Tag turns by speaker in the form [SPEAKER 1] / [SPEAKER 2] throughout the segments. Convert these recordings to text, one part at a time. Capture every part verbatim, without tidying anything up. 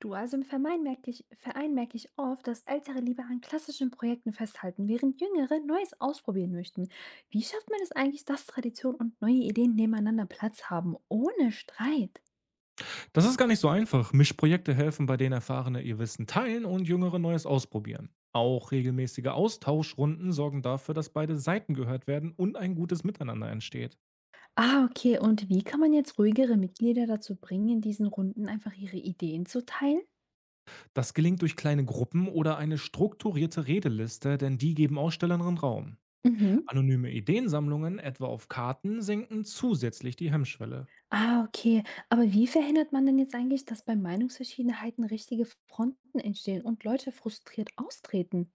[SPEAKER 1] Du, also im Verein merke ich, Verein merke ich oft, dass Ältere lieber an klassischen Projekten festhalten, während Jüngere Neues ausprobieren möchten. Wie schafft man es eigentlich, dass Tradition und neue Ideen nebeneinander Platz haben, ohne Streit?
[SPEAKER 2] Das ist gar nicht so einfach. Mischprojekte helfen, bei denen Erfahrene ihr Wissen teilen und Jüngere Neues ausprobieren. Auch regelmäßige Austauschrunden sorgen dafür, dass beide Seiten gehört werden und ein gutes Miteinander entsteht.
[SPEAKER 1] Ah, okay. Und wie kann man jetzt ruhigere Mitglieder dazu bringen, in diesen Runden einfach ihre Ideen zu teilen?
[SPEAKER 2] Das gelingt durch kleine Gruppen oder eine strukturierte Redeliste, denn die geben Ausstellerinnen Raum.
[SPEAKER 1] Mhm.
[SPEAKER 2] Anonyme Ideensammlungen, etwa auf Karten, senken zusätzlich die Hemmschwelle.
[SPEAKER 1] Ah, okay. Aber wie verhindert man denn jetzt eigentlich, dass bei Meinungsverschiedenheiten richtige Fronten entstehen und Leute frustriert austreten?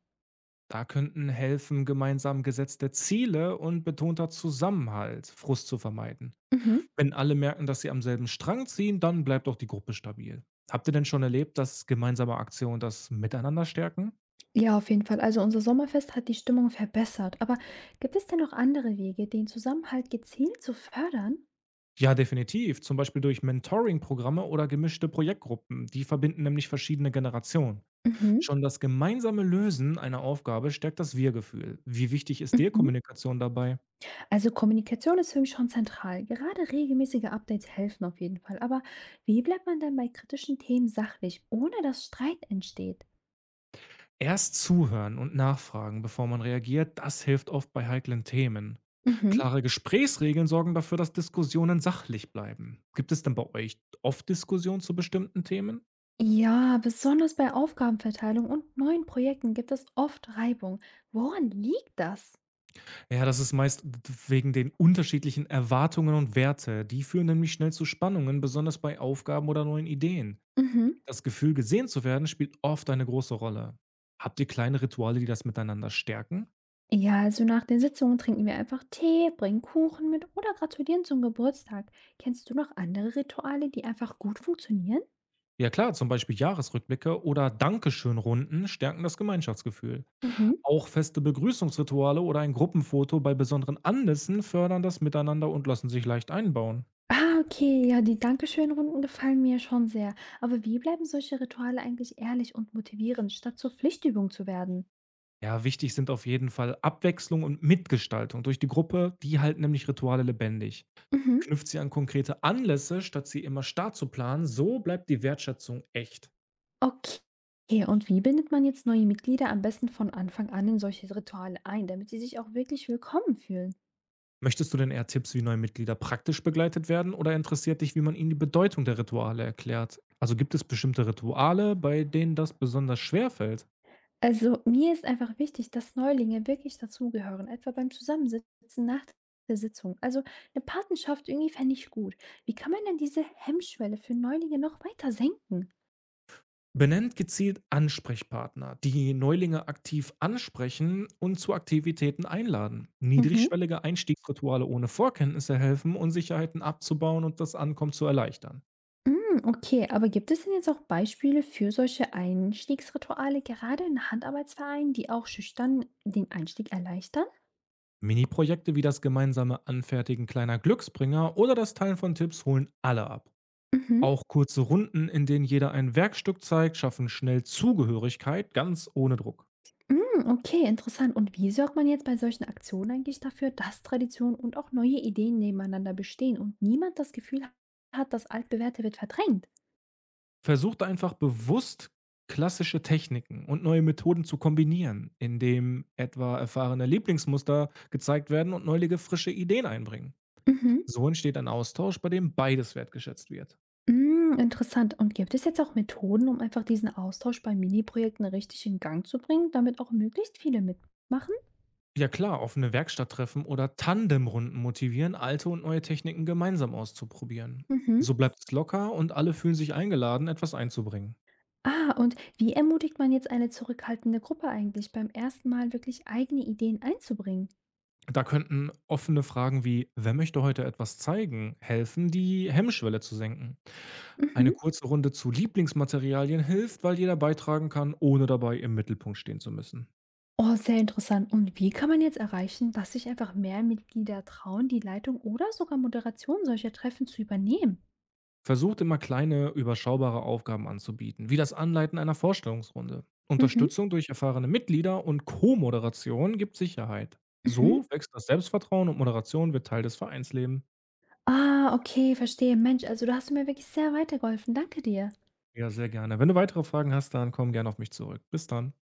[SPEAKER 2] Da könnten helfen, gemeinsam gesetzte Ziele und betonter Zusammenhalt Frust zu vermeiden.
[SPEAKER 1] Mhm.
[SPEAKER 2] Wenn alle merken, dass sie am selben Strang ziehen, dann bleibt auch die Gruppe stabil. Habt ihr denn schon erlebt, dass gemeinsame Aktionen das Miteinander stärken?
[SPEAKER 1] Ja, auf jeden Fall. Also unser Sommerfest hat die Stimmung verbessert. Aber gibt es denn noch andere Wege, den Zusammenhalt gezielt zu fördern?
[SPEAKER 2] Ja, definitiv. Zum Beispiel durch Mentoring-Programme oder gemischte Projektgruppen. Die verbinden nämlich verschiedene Generationen.
[SPEAKER 1] Mhm,
[SPEAKER 2] Schon das gemeinsame Lösen einer Aufgabe stärkt das Wir-Gefühl. Wie wichtig ist dir
[SPEAKER 1] mhm.
[SPEAKER 2] Kommunikation dabei?
[SPEAKER 1] Also Kommunikation ist für mich schon zentral. Gerade regelmäßige Updates helfen auf jeden Fall. Aber wie bleibt man denn bei kritischen Themen sachlich, ohne dass Streit entsteht?
[SPEAKER 2] Erst zuhören und nachfragen, bevor man reagiert, das hilft oft bei heiklen Themen.
[SPEAKER 1] Mhm.
[SPEAKER 2] Klare Gesprächsregeln sorgen dafür, dass Diskussionen sachlich bleiben. Gibt es denn bei euch oft Diskussionen zu bestimmten Themen?
[SPEAKER 1] Ja, besonders bei Aufgabenverteilung und neuen Projekten gibt es oft Reibung. Woran liegt das?
[SPEAKER 2] Ja, das ist meist wegen den unterschiedlichen Erwartungen und Werte. Die führen nämlich schnell zu Spannungen, besonders bei Aufgaben oder neuen Ideen.
[SPEAKER 1] Mhm.
[SPEAKER 2] Das Gefühl, gesehen zu werden, spielt oft eine große Rolle. Habt ihr kleine Rituale, die das miteinander stärken?
[SPEAKER 1] Ja, also nach den Sitzungen trinken wir einfach Tee, bringen Kuchen mit oder gratulieren zum Geburtstag. Kennst du noch andere Rituale, die einfach gut funktionieren?
[SPEAKER 2] Ja klar, zum Beispiel Jahresrückblicke oder Dankeschönrunden stärken das Gemeinschaftsgefühl.
[SPEAKER 1] Mhm.
[SPEAKER 2] Auch feste Begrüßungsrituale oder ein Gruppenfoto bei besonderen Anlässen fördern das Miteinander und lassen sich leicht einbauen.
[SPEAKER 1] Ah, okay, ja, die Dankeschön-Runden gefallen mir schon sehr. Aber wie bleiben solche Rituale eigentlich ehrlich und motivierend, statt zur Pflichtübung zu werden?
[SPEAKER 2] Ja, wichtig sind auf jeden Fall Abwechslung und Mitgestaltung durch die Gruppe, die halten nämlich Rituale lebendig.
[SPEAKER 1] Mhm.
[SPEAKER 2] Knüpft sie an konkrete Anlässe, statt sie immer starr zu planen, so bleibt die Wertschätzung echt.
[SPEAKER 1] Okay. Okay, und wie bindet man jetzt neue Mitglieder am besten von Anfang an in solche Rituale ein, damit sie sich auch wirklich willkommen fühlen?
[SPEAKER 2] Möchtest du denn eher Tipps, wie neue Mitglieder praktisch begleitet werden oder interessiert dich, wie man ihnen die Bedeutung der Rituale erklärt? Also gibt es bestimmte Rituale, bei denen das besonders schwer fällt?
[SPEAKER 1] Also, mir ist einfach wichtig, dass Neulinge wirklich dazugehören, etwa beim Zusammensitzen nach der Sitzung. Also, eine Patenschaft irgendwie fände ich gut. Wie kann man denn diese Hemmschwelle für Neulinge noch weiter senken?
[SPEAKER 2] Benennt gezielt Ansprechpartner, die Neulinge aktiv ansprechen und zu Aktivitäten einladen.
[SPEAKER 1] Mhm.
[SPEAKER 2] Niedrigschwellige Einstiegsrituale ohne Vorkenntnisse helfen, Unsicherheiten abzubauen und das Ankommen zu erleichtern.
[SPEAKER 1] Mm, okay, aber gibt es denn jetzt auch Beispiele für solche Einstiegsrituale, gerade in Handarbeitsvereinen, die auch schüchtern den Einstieg erleichtern?
[SPEAKER 2] Mini-Projekte wie das gemeinsame Anfertigen kleiner Glücksbringer oder das Teilen von Tipps holen alle ab.
[SPEAKER 1] Mhm.
[SPEAKER 2] Auch kurze Runden, in denen jeder ein Werkstück zeigt, schaffen schnell Zugehörigkeit, ganz ohne Druck.
[SPEAKER 1] Hm, okay, interessant. Und wie sorgt man jetzt bei solchen Aktionen eigentlich dafür, dass Tradition und auch neue Ideen nebeneinander bestehen und niemand das Gefühl hat, das Altbewährte wird verdrängt?
[SPEAKER 2] Versucht einfach bewusst klassische Techniken und neue Methoden zu kombinieren, indem etwa erfahrene Lieblingsmuster gezeigt werden und neulige frische Ideen einbringen.
[SPEAKER 1] Mhm.
[SPEAKER 2] So entsteht ein Austausch, bei dem beides wertgeschätzt wird.
[SPEAKER 1] Hm, interessant. Und gibt es jetzt auch Methoden, um einfach diesen Austausch bei Mini-Projekten richtig in Gang zu bringen, damit auch möglichst viele mitmachen?
[SPEAKER 2] Ja klar, offene Werkstatttreffen oder Tandemrunden motivieren, alte und neue Techniken gemeinsam auszuprobieren.
[SPEAKER 1] Mhm.
[SPEAKER 2] So bleibt es locker und alle fühlen sich eingeladen, etwas einzubringen.
[SPEAKER 1] Ah, und wie ermutigt man jetzt eine zurückhaltende Gruppe eigentlich beim ersten Mal wirklich eigene Ideen einzubringen?
[SPEAKER 2] Da könnten offene Fragen wie „Wer möchte heute etwas zeigen?“ helfen, die Hemmschwelle zu senken. Eine
[SPEAKER 1] Mhm.
[SPEAKER 2] kurze Runde zu Lieblingsmaterialien hilft, weil jeder beitragen kann, ohne dabei im Mittelpunkt stehen zu müssen.
[SPEAKER 1] Oh, sehr interessant. Und wie kann man jetzt erreichen, dass sich einfach mehr Mitglieder trauen, die Leitung oder sogar Moderation solcher Treffen zu übernehmen?
[SPEAKER 2] Versucht immer kleine, überschaubare Aufgaben anzubieten, wie das Anleiten einer Vorstellungsrunde.
[SPEAKER 1] Mhm,
[SPEAKER 2] Unterstützung durch erfahrene Mitglieder und Co-Moderation gibt Sicherheit.
[SPEAKER 1] mhm.
[SPEAKER 2] So wächst das Selbstvertrauen und Moderation wird Teil des Vereinslebens.
[SPEAKER 1] Ah, okay, verstehe. Mensch, also du hast mir wirklich sehr weitergeholfen. Danke dir.
[SPEAKER 2] Ja, sehr gerne. Wenn du weitere Fragen hast, dann komm gerne auf mich zurück. Bis dann.